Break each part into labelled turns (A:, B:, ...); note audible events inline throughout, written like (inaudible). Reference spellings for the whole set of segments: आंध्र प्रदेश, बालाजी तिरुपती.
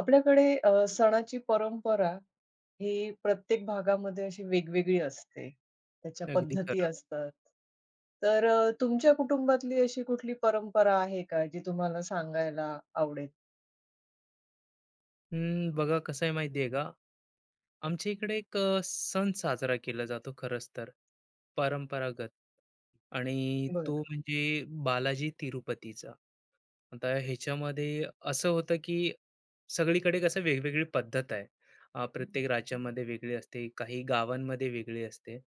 A: आपल्याकडे सणाची परंपरा ही प्रत्येक भागामध्ये अशी वेगवेगळी असते. त्याच्या
B: अगदी
A: पद्धती
B: खरं.
A: असतात. तर तुमच्या कुटुंबातली अशी कुठली परंपरा आहे का जी तुम्हाला सांगायला आवडेल?
B: बघा कसं आहे माहिती का? आमच्या इकडे एक सण साजरा केला जातो खरंच तर परंपरागत आणि
A: बरं.
B: तो म्हणजे बालाजी तिरुपतीचा. आता ह्याच्यामध्ये असं होतं की सगळीकडे कसं वेगवेगळी पद्धत आहे. प्रत्येक राज्यामध्ये वेगळी असते, काही गावांमध्ये वेगळी असते.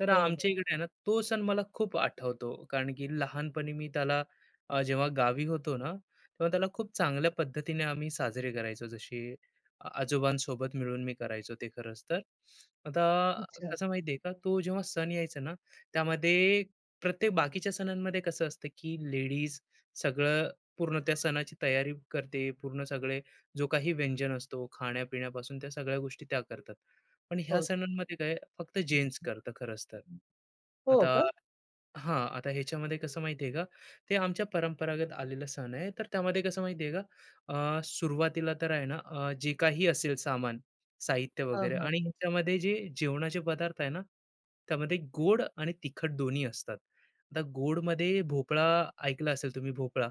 B: तर
A: हो, हो.
B: आमच्या इकडे आहे ना तो सण मला खूप आठवतो कारण की लहानपणी मी त्याला, जेव्हा गावी होतो ना तेव्हा त्याला खूप चांगल्या पद्धतीने आम्ही साजरे करायचो. जसे आजोबांसोबत मिळून मी करायचो ते खरंच तर. आता
A: अच्छा.
B: कसं माहितीये का तो जेव्हा सण यायचा ना, त्यामध्ये प्रत्येक बाकीच्या सणांमध्ये कसं असतं की लेडीज सगळं पूर्ण त्या सणाची तयारी करते. पूर्ण सगळे जो काही व्यंजन असतो खाण्यापिण्यापासून त्या सगळ्या गोष्टी त्या करतात. पण ह्या
A: हो,
B: सणांमध्ये काय फक्त जेंट्स करतं खरंच तर.
A: हो
B: आता
A: का?
B: हां, आता ह्याच्यामध्ये कसं माहिती का, ते आमच्या परंपरागत आलेला सण आहे. तर त्यामध्ये कसं माहिती आहे का, सुरुवातीला तर आहे ना, जे काही असेल सामान, साहित्य
A: हां,
B: वगैरे
A: हां.
B: आणि ह्याच्यामध्ये जे जेवणाचे पदार्थ आहे ना, त्यामध्ये गोड आणि तिखट दोन्ही असतात. आता गोडमध्ये भोपळा, ऐकला असेल तुम्ही भोपळा.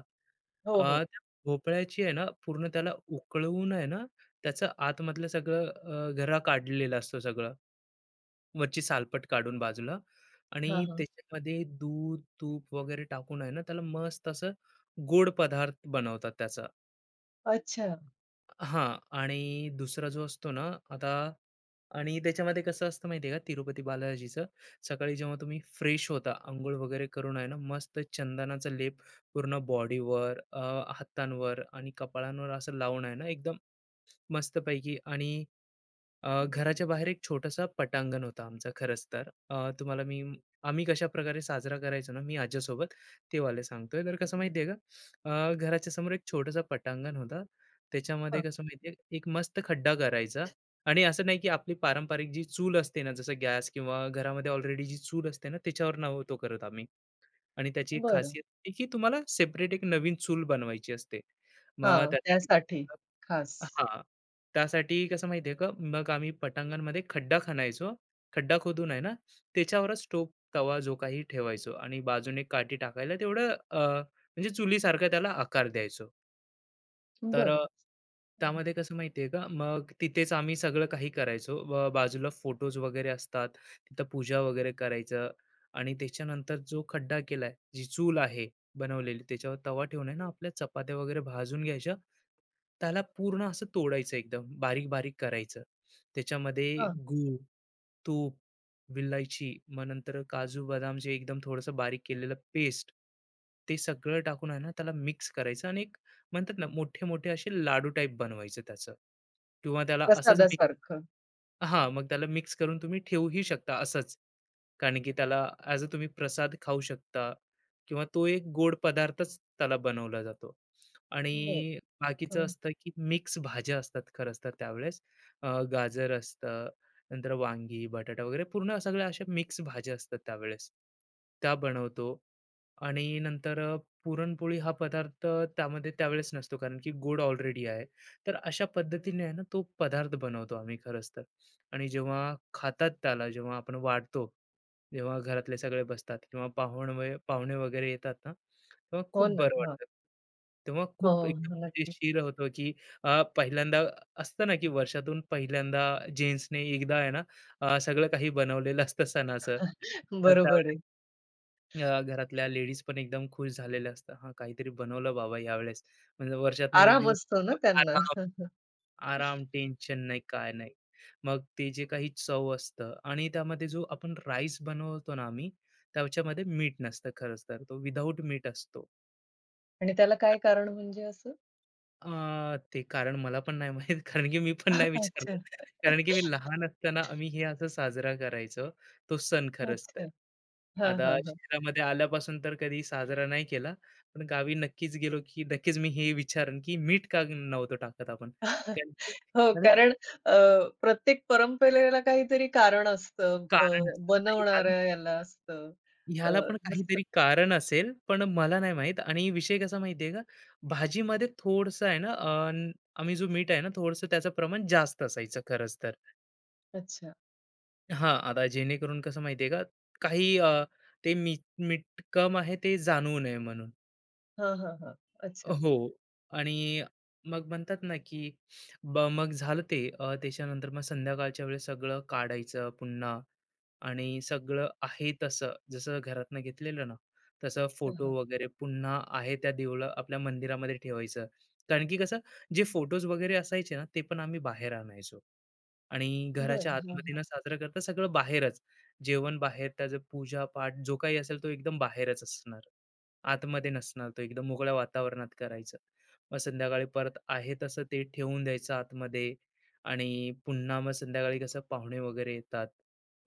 A: हो, हो.
B: त्या भोपळ्याची आहे ना, पूर्ण त्याला उकळवून आहे ना, त्याचं आतमधलं सगळं गरा काढलेला असतो सगळं. वरची सालपट काढून बाजूला
A: हां,
B: आणि
A: हां.
B: त्याच्यामध्ये दूध, तूप वगैरे टाकून आहे ना, त्याला मस्त असं गोड पदार्थ बनवतात त्याचा.
A: अच्छा.
B: हां. आणि दुसरा जो असतो ना, आता आणि त्याच्यामध्ये कसं असतं माहिती आहे का, तिरुपती बालाजीचं सकाळी जेव्हा तुम्ही फ्रेश होता, अंघोळ वगैरे करून आहे ना, मस्त चंदनाचा लेप पूर्ण बॉडीवर, हातांवर आणि कपाळांवर असं लावून आहे ना, एकदम मस्तपैकी. आणि घराच्या बाहेर एक छोटासा पटांगण होता आमचं खरंच तर. तुम्हाला मी आम्ही कशाप्रकारे साजरा करायचो ना, मी आज्यासोबत ते वालं सांगतोय. तर कसं माहिती का, घराच्या समोर एक छोटंसं पटांगण होतं. त्याच्यामध्ये
A: हां,
B: कसं माहिती, एक मस्त खड्डा करायचा. आणि असं नाही की आपली पारंपरिक जी चूल असते ना, जसं गॅस किंवा घरामध्ये ऑलरेडी जी चूल असते ना, त्याच्यावर नव्हतो करत आम्ही. आणि त्याची एक
A: बरं.
B: खासियत आहे की तुम्हाला सेपरेट एक नवीन चूल बनवायची असते. मग
A: हां,
B: त्यासाठी
A: त्यासाठी
B: (unintelligible)
A: खास.
B: हां. त्यासाठी कसं माहिती आहे का, मग आम्ही पटांगणमध्ये खड्डा खणायचो. खड्डा खोदून आहे ना, त्याच्यावरच टोप, तवा जो काही ठेवायचो आणि बाजूने काठी टाकायला तेवढं म्हणजे चुलीसारखा त्याला आकार द्यायचो. तर
A: बरं. हं,
B: त्यामध्ये कसं माहितीये का, मग तिथेच आम्ही सगळं काही करायचो. बाजूला फोटोज वगैरे असतात. तिथं पूजा वगैरे करायचं आणि त्याच्यानंतर जो खड्डा केलाय, जी चूल आहे बनवलेली, त्याच्यावर तवा ठेवून आहे ना, आपल्या चपात्या वगैरे भाजून घ्यायच्या. त्याला पूर्ण असं तोडायचं, एकदम बारीक-बारीक करायचं. त्याच्यामध्ये
A: हां.
B: गूळ, तूप, विलायची, मग नंतर काजू बदाम जे एकदम थोडंसं बारीक केलेलं पेस्ट, ते सगळं टाकून आहे ना त्याला मिक्स करायचं. आणि एक म्हणतात ना मोठे-मोठे असे लाडू टाइप बनवायचे त्याचं किंवा त्याला असंच मिक्स.
A: प्रसादासारखं.
B: हां, मग त्याला मिक्स करून तुम्ही ठेवूही शकता असंच. कारण की त्याला ॲज अ तुम्ही प्रसाद खाऊ शकता किंवा तो एक गोड पदार्थच त्याला बनवला जातो.
A: बरं.
B: आणि बाकीचं
A: हं.
B: असतं की मिक्स भाज्या असतात खरंच तर त्यावेळेस. गाजर असतं, नंतर वांगी, बटाटा वगैरे पूर्ण सगळ्या अशा मिक्स भाज्या असतात त्यावेळेस. त्या बनवतो. आणि नंतर पुरणपोळी हा पदार्थ त्यामध्ये त्यावेळेस नसतो कारण की गूळ ऑलरेडी आहे. तर अशा पद्धतीने आहे ना तो पदार्थ बनवतो आम्ही खरंच तर. आणि जेव्हा खातात त्याला, जेव्हा आपण वाढतो, जेव्हा घरातले सगळे बसतात किंवा पाहुणे वगैरे येतात ना, तेव्हा
A: हो
B: खूप
A: ना.
B: बरं
A: हां.
B: वाटतं. तेव्हा
A: हो,
B: खूप
A: हो. नक्कीच.
B: मजेशीर होतो की पहिल्यांदा असतं ना की वर्षातून पहिल्यांदा जेन्ट्सने एकदा आहे ना, सगळं काही बनवलेलं असतं सणाचं.
A: (laughs)
B: तर
A: बरोबर
B: त्यावेळेस
A: आहे.
B: घरातल्या लेडीज पण एकदम खुश झालेल्या असतात. हां, काहीतरी बनवलं बाबा यावेळेस. म्हणजे वर्षातनं एक
A: आराम
B: दिवस
A: असतो ना
B: एकदम
A: त्यांना.
B: आराम, आराम,
A: (laughs)
B: टेन्शन नाही, काय नाही. मग ते जे काही चव असतं आणि त्यामध्ये जो आपण राईस बनवतो ना आम्ही, त्याच्यामध्ये मीठ नसतं खरंच तर. तो विदाऊट मीठ असतो.
A: आणि त्याला काय कारण म्हणजे असं?
B: ते कारण मला पण नाही माहीत कारण की मी पण नाही
A: (laughs)
B: विचारलं.
A: अच्छा.
B: कारण की मी लहान असताना आम्ही हे असं साजरा करायचो, तो सण खरंच तर.
A: अच्छा. हां,
B: आता
A: हां, हां.
B: शहरामध्ये आल्यापासून तर कधी साजरा नाही केला. पण गावी नक्कीच गेलो, की नक्कीच मी हे विचारेन, की मीठ का नव्हतं टाकत आपण?
A: (laughs)
B: कारण की,
A: हो,
B: आणि
A: कारण अ, प्रत्येक परंपरेला काहीतरी कारण असतं.
B: कारण असतं. ह्याला
A: बनवणाऱ्या याला असतं. अ,
B: ह्याला पण
A: जसं
B: काहीतरी कारण असेल, पण मला नाही माहीत आणि विषय कसा माहिती का? भाजीमध्ये थोडंसं आहे ना, आम्ही जो मीठ आहे ना, थोडंसं त्याचं प्रमाण जास्त असायचं खरंच तर.
A: अच्छा.
B: हां, आता जेणेकरून कसं माहिती आहे का, काही ते मीठ मीठ आहे ते जाणवू नये म्हणून.
A: हां, हां, हां. अच्छा.
B: हो. आणि मग म्हणतात ना, की मग झालं ते. त्याच्यानंतर मग संध्याकाळच्या वेळेस सगळं काढायचं पुन्हा आणि सगळं आहे तसं, जसं घरातनं घेतलेलं ना, तसं
A: हां,
B: फोटो
A: हां.
B: वगैरे पुन्हा आहे त्या देऊळ आपल्या मंदिरामध्ये ठेवायचं. कारण की कसं, जे फोटोज वगैरे असायचे ना, ते पण आम्ही बाहेर आणायचो. आणि घराच्या
A: बरं. हां,
B: आतमध्ये न
A: हां.
B: साजरा करता सगळं बाहेरच. जेवण बाहेर, त्याचं पूजा-पाठ जो काही असेल तो एकदम बाहेरच असणार. आतमध्ये नसणार तो, एकदम मोकळ्या वातावरणात करायचं. मग संध्याकाळी परत आहे तसं ते ठेवून द्यायचं आतमध्ये. आणि पुन्हा मग संध्याकाळी कसं पाहुणे वगैरे येतात,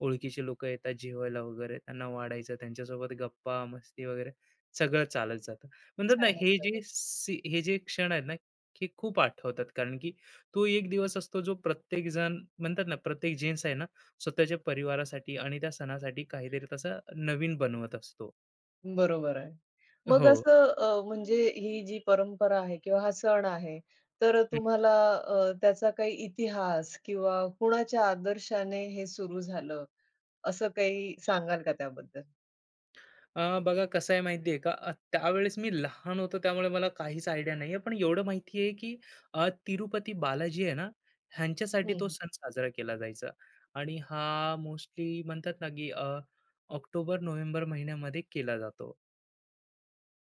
B: ओळखीचे लोकं येतात जेवायला वगैरे, त्यांना वाढायचं, त्यांच्यासोबत गप्पा, मस्ती वगैरे सगळं चालत जातं. म्हणतात ना
A: छान
B: हे
A: असतं.
B: जे क्षण आहेत ना, हे खूप आठवतात कारण की तो एक दिवस असतो जो प्रत्येक जण म्हणतात ना, प्रत्येक जेन्ट्स आहे ना, स्वतःच्या परिवारासाठी आणि त्या सणासाठी काहीतरी तसं नवीन बनवत असतो.
A: बरोबर आहे. मग
B: हो.
A: असं म्हणजे ही जी परंपरा आहे किंवा हा सण आहे, तर तुम्हाला त्याचा काही इतिहास किंवा कुणाच्या आदर्शाने हे सुरू झालं, असं काही सांगाल का त्याबद्दल?
B: बघा कसं आहे माहिती आहे का त्यावेळेस मी लहान होतो त्यामुळे मला काहीच आयडिया नाही आहे पण एवढं माहिती आहे की तिरुपती बालाजी आहे ना,
A: हं,
B: ह्यांच्यासाठी तो
A: हं.
B: सण साजरा केला जायचा. आणि हा मोस्टली म्हणतात ना की ऑक्टोबर नोव्हेंबर महिन्यामध्ये केला जातो,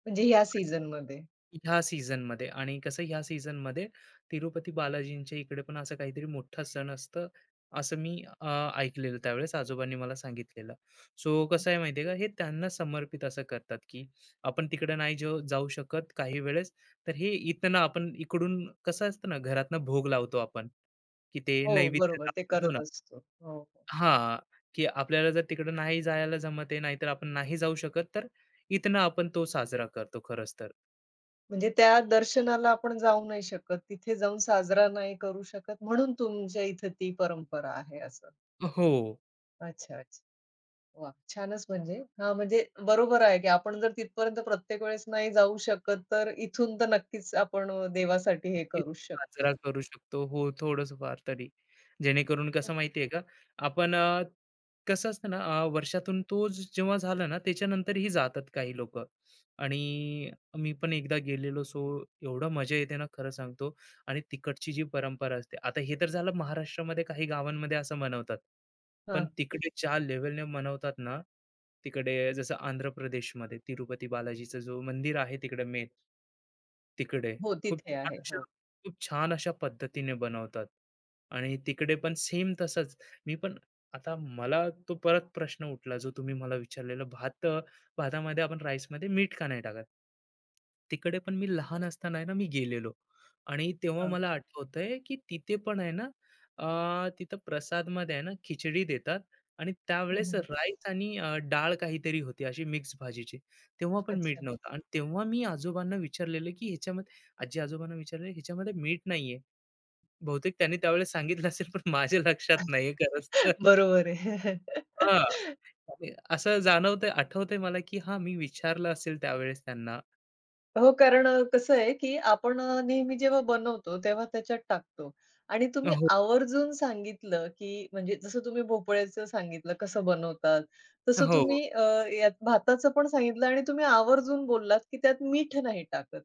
A: म्हणजे ह्या सीझनमध्ये.
B: ह्या सीझनमध्ये. आणि कसं ह्या सीझनमध्ये तिरुपती बालाजींच्या इकडे पण असं काहीतरी मोठा सण असतं, असं मी ऐकलेलं त्यावेळेस आजोबांनी मला सांगितलेलं. सो कसं आहे
A: अच्छा.
B: माहिती आहे का, हे त्यांना समर्पित असं करतात, की आपण तिकडे नाही जो जाऊ शकत काही वेळेस, तर हे इथनं आपण इकडून कसं असतं ना, घरातनं भोग लावतो आपण, की ते
A: हो,
B: नैवेद्य
A: बरोबर. ते
B: दाखवतो ना.
A: करत असतो. हो, हो.
B: हां, की आपल्याला जर तिकडं नाही जायला जमत आहे, नाहीतर आपण नाही जाऊ शकत, तर इथनं आपण तो साजरा करतो खरंच तर.
A: म्हणजे त्या दर्शनाला आपण जाऊ नाही शकत, तिथे जाऊन साजरा नाही करू शकत, म्हणून तुमच्या इथं ती परंपरा आहे असं.
B: हो.
A: अच्छा, अच्छा. वाह! छानच म्हणजे. हां, म्हणजे बरोबर आहे, की आपण जर तिथपर्यंत प्रत्येक वेळेस नाही जाऊ शकत, तर इथून तर नक्कीच आपण देवासाठी हे
B: नक्कीच
A: करूच शकतो.
B: साजरा करू शकतो. हो, थोडंफार तरी. जेणेकरून कसं माहिती आहे का, आपण कसं असतं ना वर्षातून तो जेव्हा झाला ना, त्याच्यानंतरही जातात काही लोक आणि मी पण एकदा गेलेलो. सो एवढं मजा येते ना, खरं सांगतो. आणि तिकडची जी परंपरा असते, आता हे तर झालं महाराष्ट्रामध्ये काही गावांमध्ये असं मनवतात. पण
A: हां.
B: तिकडे ज्या लेव्हलने मनवतात ना, तिकडे जसं आंध्र प्रदेशमध्ये तिरुपती बालाजीचं जो मंदिर आहे तिकडे मेन. तिकडे
A: हो,
B: खूप
A: तिथे
B: छान
A: आहे.
B: अशा
A: हो.
B: खूप छान अशा पद्धतीने बनवतात आणि तिकडे पण सेम तसंच. मी पण आता मला तो परत प्रश्न उठला जो तुम्ही मला विचारलेला भात, भातामध्ये आपण राईसमध्ये मीठ का नाही टाकत. तिकडे पण मी लहान असताना आहे ना मी गेलेलो आणि तेव्हा
A: हां.
B: मला आठवतंय की तिथे पण आहे ना, तिथं प्रसादमध्ये आहे ना खिचडी देतात आणि
A: हं,
B: त्यावेळेस
A: हं.
B: राईस आणि डाळ काहीतरी होती अशी मिक्स भाजीची. तेव्हा पण मीठ
A: अच्छा.
B: नव्हतं आणि तेव्हा मी आजोबांना विचारलेलं की ह्याच्यामध्ये, आजी-आजोबांना विचारलं, "ह्याच्यामध्ये मीठ नाहीये." बहुतेक त्यांनी त्यावेळेस सांगितलं असेल, पण माझ्या लक्षात नाहीये खरंच तर.
A: बरोबर आहे.
B: हां,
A: (laughs)
B: आणि असं जाणवतंय, आठवतंय मला, की हां, मी विचारलं असेल त्यावेळेस त्यांना.
A: हो, कारण कसं आहे, की आपण नेहमी जेव्हा बनवतो तेव्हा त्याच्यात टाकतो आणि तुम्ही
B: हो,
A: आवर्जून सांगितलं, की म्हणजे जसं तुम्ही भोपळ्याचं सांगितलं कसं बनवतात, तसं
B: हो.
A: तुम्ही यात भाताचं पण सांगितलं आणि तुम्ही आवर्जून बोललात, की त्यात मीठ नाही टाकत.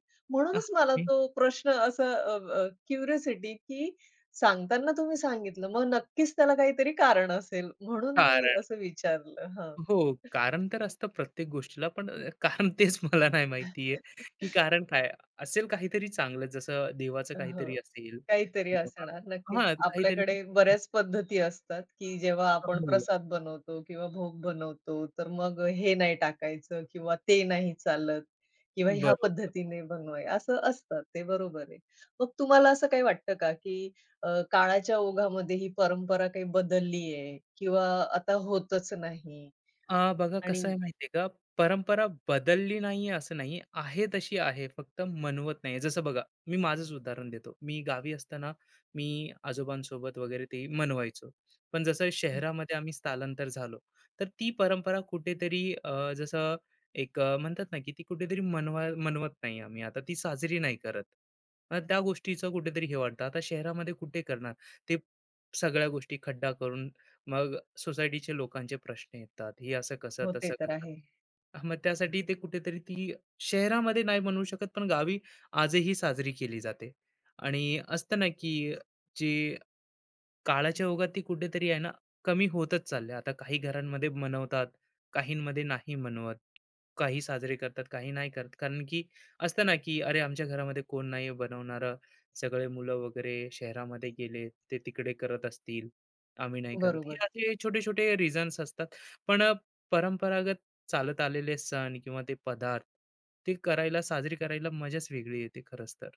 B: हां,
A: म्हणूनच मला
B: की
A: तो प्रश्न असा की सांगताना तुम्ही सांगितलं, मग नक्कीच त्याला काहीतरी कारण असेल म्हणून मी
B: कारण,
A: असं विचारलं.
B: हो, कारण तर असतं प्रत्येक गोष्टीला, पण कारण तेच मला नाही माहिती की
A: हां.
B: कारण काय? असेल काहीतरी चांगलं, जसं देवाचं
A: हो.
B: काहीतरी असेल
A: काहीतरी
B: किंवा
A: असणार नक्कीच.
B: हां, काहीतरी
A: आपल्याकडे बऱ्याच पद्धती असतात, की जेव्हा आपण
B: हो,
A: प्रसाद बनवतो किंवा भोग बनवतो, तर मग हे नाही टाकायचं किंवा ते नाही चालत किंवा ह्या
B: बरोबर.
A: पद्धतीने बनवाय असं असतात ते बरोबर आहे. मग तुम्हाला असं काही वाटतं का, की काळाच्या ओघामध्ये ही परंपरा काही बदलली आहे किंवा आता होतच नाही
B: बघा
A: आणि
B: कसं आहे माहिती का, परंपरा बदलली नाहीये असं नाही. आहे तशी आहे, फक्त मनवत नाहीये. जसं बघा, मी माझंच उदाहरण देतो. मी गावी असताना मी आजोबांसोबत वगैरे ते मनवायचो. पण जसं शहरामध्ये आम्ही स्थलांतर झालो, तर ती परंपरा कुठेतरी जसं एक म्हणतात ना, की ती कुठेतरी मनवत नाही आम्ही आता. ती साजरी नाही करत. मग त्या गोष्टीचं कुठेतरी हे वाटतं. आता शहरामध्ये कुठे करणार? ते सगळ्या गोष्टी खड्डा करून, मग सोसायटीचे लोकांचे प्रश्न येतात हे असं कसं
A: होते
B: तसं
A: तर
B: कसं.
A: आहे.
B: मग त्यासाठी ते कुठेतरी ती शहरामध्ये नाही म्हणू शकत पण गावी आजही साजरी केली जाते. आणि असतं ना की जे काळाच्या ओघात ती कुठेतरी आहे ना कमी होतच चालली आहे. आता काही घरांमध्ये मनवतात, काहींमध्ये नाही मनवत. काही साजरे करतात, काही नाही करत. कारण की असतं ना, की "अरे, आमच्या घरामध्ये कोण नाही बनवणारं. सगळे मुलं वगैरे शहरामध्ये गेले, ते तिकडे करत असतील, आम्ही नाही करत." हे
A: बरोबर.
B: असे छोटे-छोटे रिझन्स असतात. पण परंपरागत चालत आलेले सण किंवा ते पदार्थ, ते करायला, साजरी करायला मजाच वेगळी येते खरंच तर.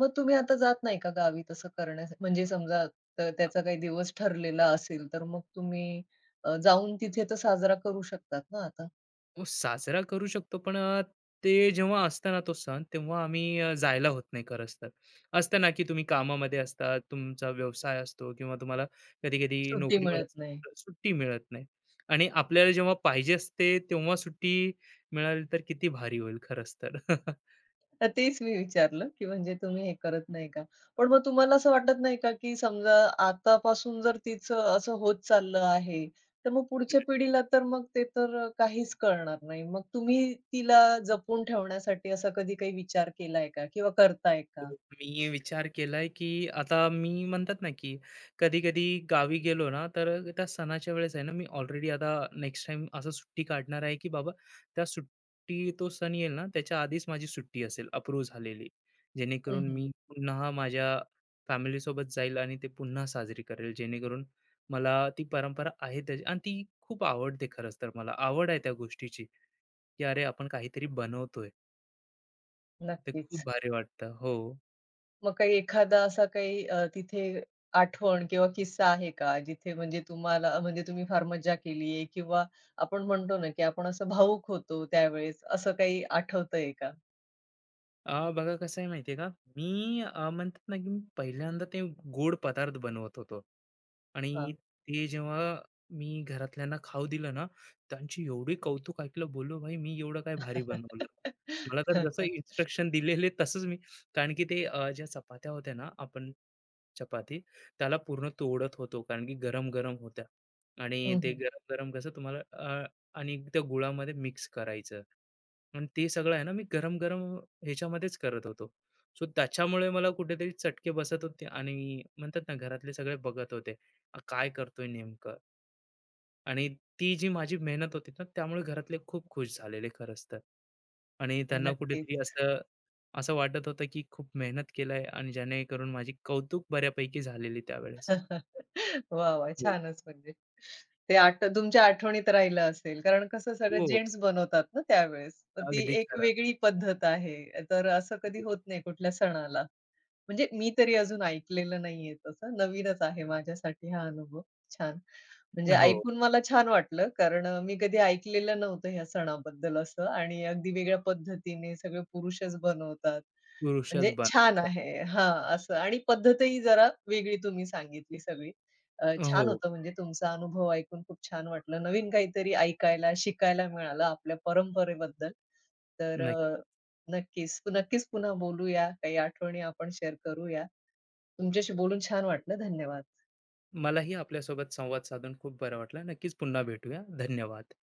A: मग तुम्ही आता जात नाही का गावी तसं करण्यास म्हणजे समजा तर त्याचा काही दिवस ठरलेला असेल, तर मग तुम्ही जाऊन तिथे तर साजरा करू शकतात ना आता.
B: हो, साजरा करू शकतो पण ते जेव्हा असतं ना तो सण तेव्हा आम्ही जायला होत नाही खरंच तर. असतं ना की तुम्ही कामामध्ये असता, तुमचा व्यवसाय असतो किंवा तुम्हाला कधी-कधी
A: सुट्टी
B: नोकरीवर
A: मिळत
B: असता,
A: नाही.
B: तर सुट्टी मिळत नाही. आणि आपल्याला जेव्हा पाहिजे असते तेव्हा सुट्टी मिळाली तर किती भारी होईल खरंच तर. (laughs)
A: तर तेच मी विचारलं, की म्हणजे तुम्ही हे करत नाही का? पण मग तुम्हाला असं वाटत नाही का, की समजा आतापासून जर तिचं असं होत चाललं आहे, तर मग पुढच्या पिढीला तर मग ते तर काहीच कळणार नाही. मग तुम्ही तिला जपून ठेवण्यासाठी असा कधी काही विचार केलाय का? किंवा करताय का?
B: मी विचार केलाय, की आता मी म्हणतात ना, की कधी-कधी गावी गेलो ना, तर त्या सणाच्या वेळेस आहे ना, मी ऑलरेडी आता नेक्स्ट टाईम असं सुट्टी काढणार आहे, की बाबा त्या सुट्टी तो सण येईल ना, त्याच्या आधीच माझी सुट्टी असेल अप्रूव्ह झालेली.
A: हं,
B: जेणेकरून
A: हं.
B: मी पुन्हा माझ्या फॅमिलीसोबत जाईल आणि ते पुन्हा साजरी करेल. जेणेकरून मला ती परंपरा आहे त्याची आणि ती खूप आवडते खरंच तर मला. आवड आहे त्या गोष्टीची, की अरे आपण काहीतरी बनवतोय. ते खूप
A: नक्कीच.
B: भारी वाटतं. हो.
A: मग काही एखादा असा काही तिथे आठवण किंवा किस्सा आहे का? जिथे म्हणजे तुम्हाला म्हणजे तुम्ही फार मज्जा केलीये किंवा आपण म्हणतो ना, की आपण असं भावूक होतो त्यावेळेस, असं काही आठवतंय का?
B: बघा कसं आहे माहिती आहे का? मी म्हणतात ना, की मी पहिल्यांदा ते गोड पदार्थ बनवत होतो आणि
A: हां.
B: ते जेव्हा मी घरातल्यांना खाऊ दिलं ना, त्यांची एवढी कौतुक ऐकलं, बोललो, "भाई, मी एवढं काय भारी बनवलं." मला तर जसं
A: (laughs)
B: इन्स्ट्रक्शन दिलेले तसंच मी, कारण की ते ज्या चपात्या होत्या ना, आपण चपाती त्याला पूर्ण तोडत होतो कारण की गरम-गरम होत्या. आणि
A: हं,
B: ते
A: हं.
B: गरम-गरम कसं तुम्हाला आणि त्या गुळामध्ये मिक्स करायचं आणि ते सगळं आहे ना, मी गरम-गरम ह्याच्यामध्येच करत होतो. सो त्याच्यामुळे मला कुठेतरी चटके बसत होते आणि म्हणतात ना, घरातले सगळे बघत होते, "हा काय करतोय नेमकं?" आणि ती जी माझी मेहनत होती ना, त्यामुळे घरातले खूप खुश झालेले खरंच तर. आणि त्यांना कुठेतरी
A: नक्कीच.
B: असं असं वाटत होतं, की खूप मेहनत केलंय आणि जेणेकरून माझी कौतुक बऱ्यापैकी झालेली त्यावेळेस.
A: (laughs) वाह, वाह!
B: हो.
A: छानच म्हणजे. ते आठ तुमच्या आठवणीत राहिलं असेल. कारण कसं सगळे
B: हो,
A: जेंट्स बनवतात ना त्यावेळेस. तर ती
B: अगदी
A: एक
B: खरं.
A: वेगळी पद्धत आहे. तर असं कधी
B: हो,
A: होत नाही कुठल्या सणाला. म्हणजे मी तरी अजून ऐकलेलं नाहीये तसं. नवीनच आहे माझ्यासाठी हा अनुभव. छान. म्हणजे
B: हो,
A: ऐकून मला छान वाटलं कारण मी कधी ऐकलेलं नव्हतं ह्या सणाबद्दल असं आणि अगदी वेगळ्या पद्धतीने सगळे पुरुषच बनवतात.
B: पुरुषच
A: म्हणजे छान
B: बनवतात.
A: आहे. हां, असं आणि पद्धतही जरा वेगळी तुम्ही सांगितली सगळी. छान
B: हो,
A: होतं म्हणजे तुमचा अनुभव ऐकून खूप छान वाटलं. नवीन काहीतरी ऐकायला, शिकायला मिळालं आपल्या परंपरेबद्दल. तर
B: नक्की.
A: नक्कीच. नक्कीच पुन्हा बोलूया. काही आठवणी आपण शेअर करूया. तुमच्याशी बोलून छान वाटलं. धन्यवाद.
B: मलाही आपल्यासोबत संवाद साधून खूप बरं वाटलं. नक्कीच पुन्हा भेटूया. धन्यवाद.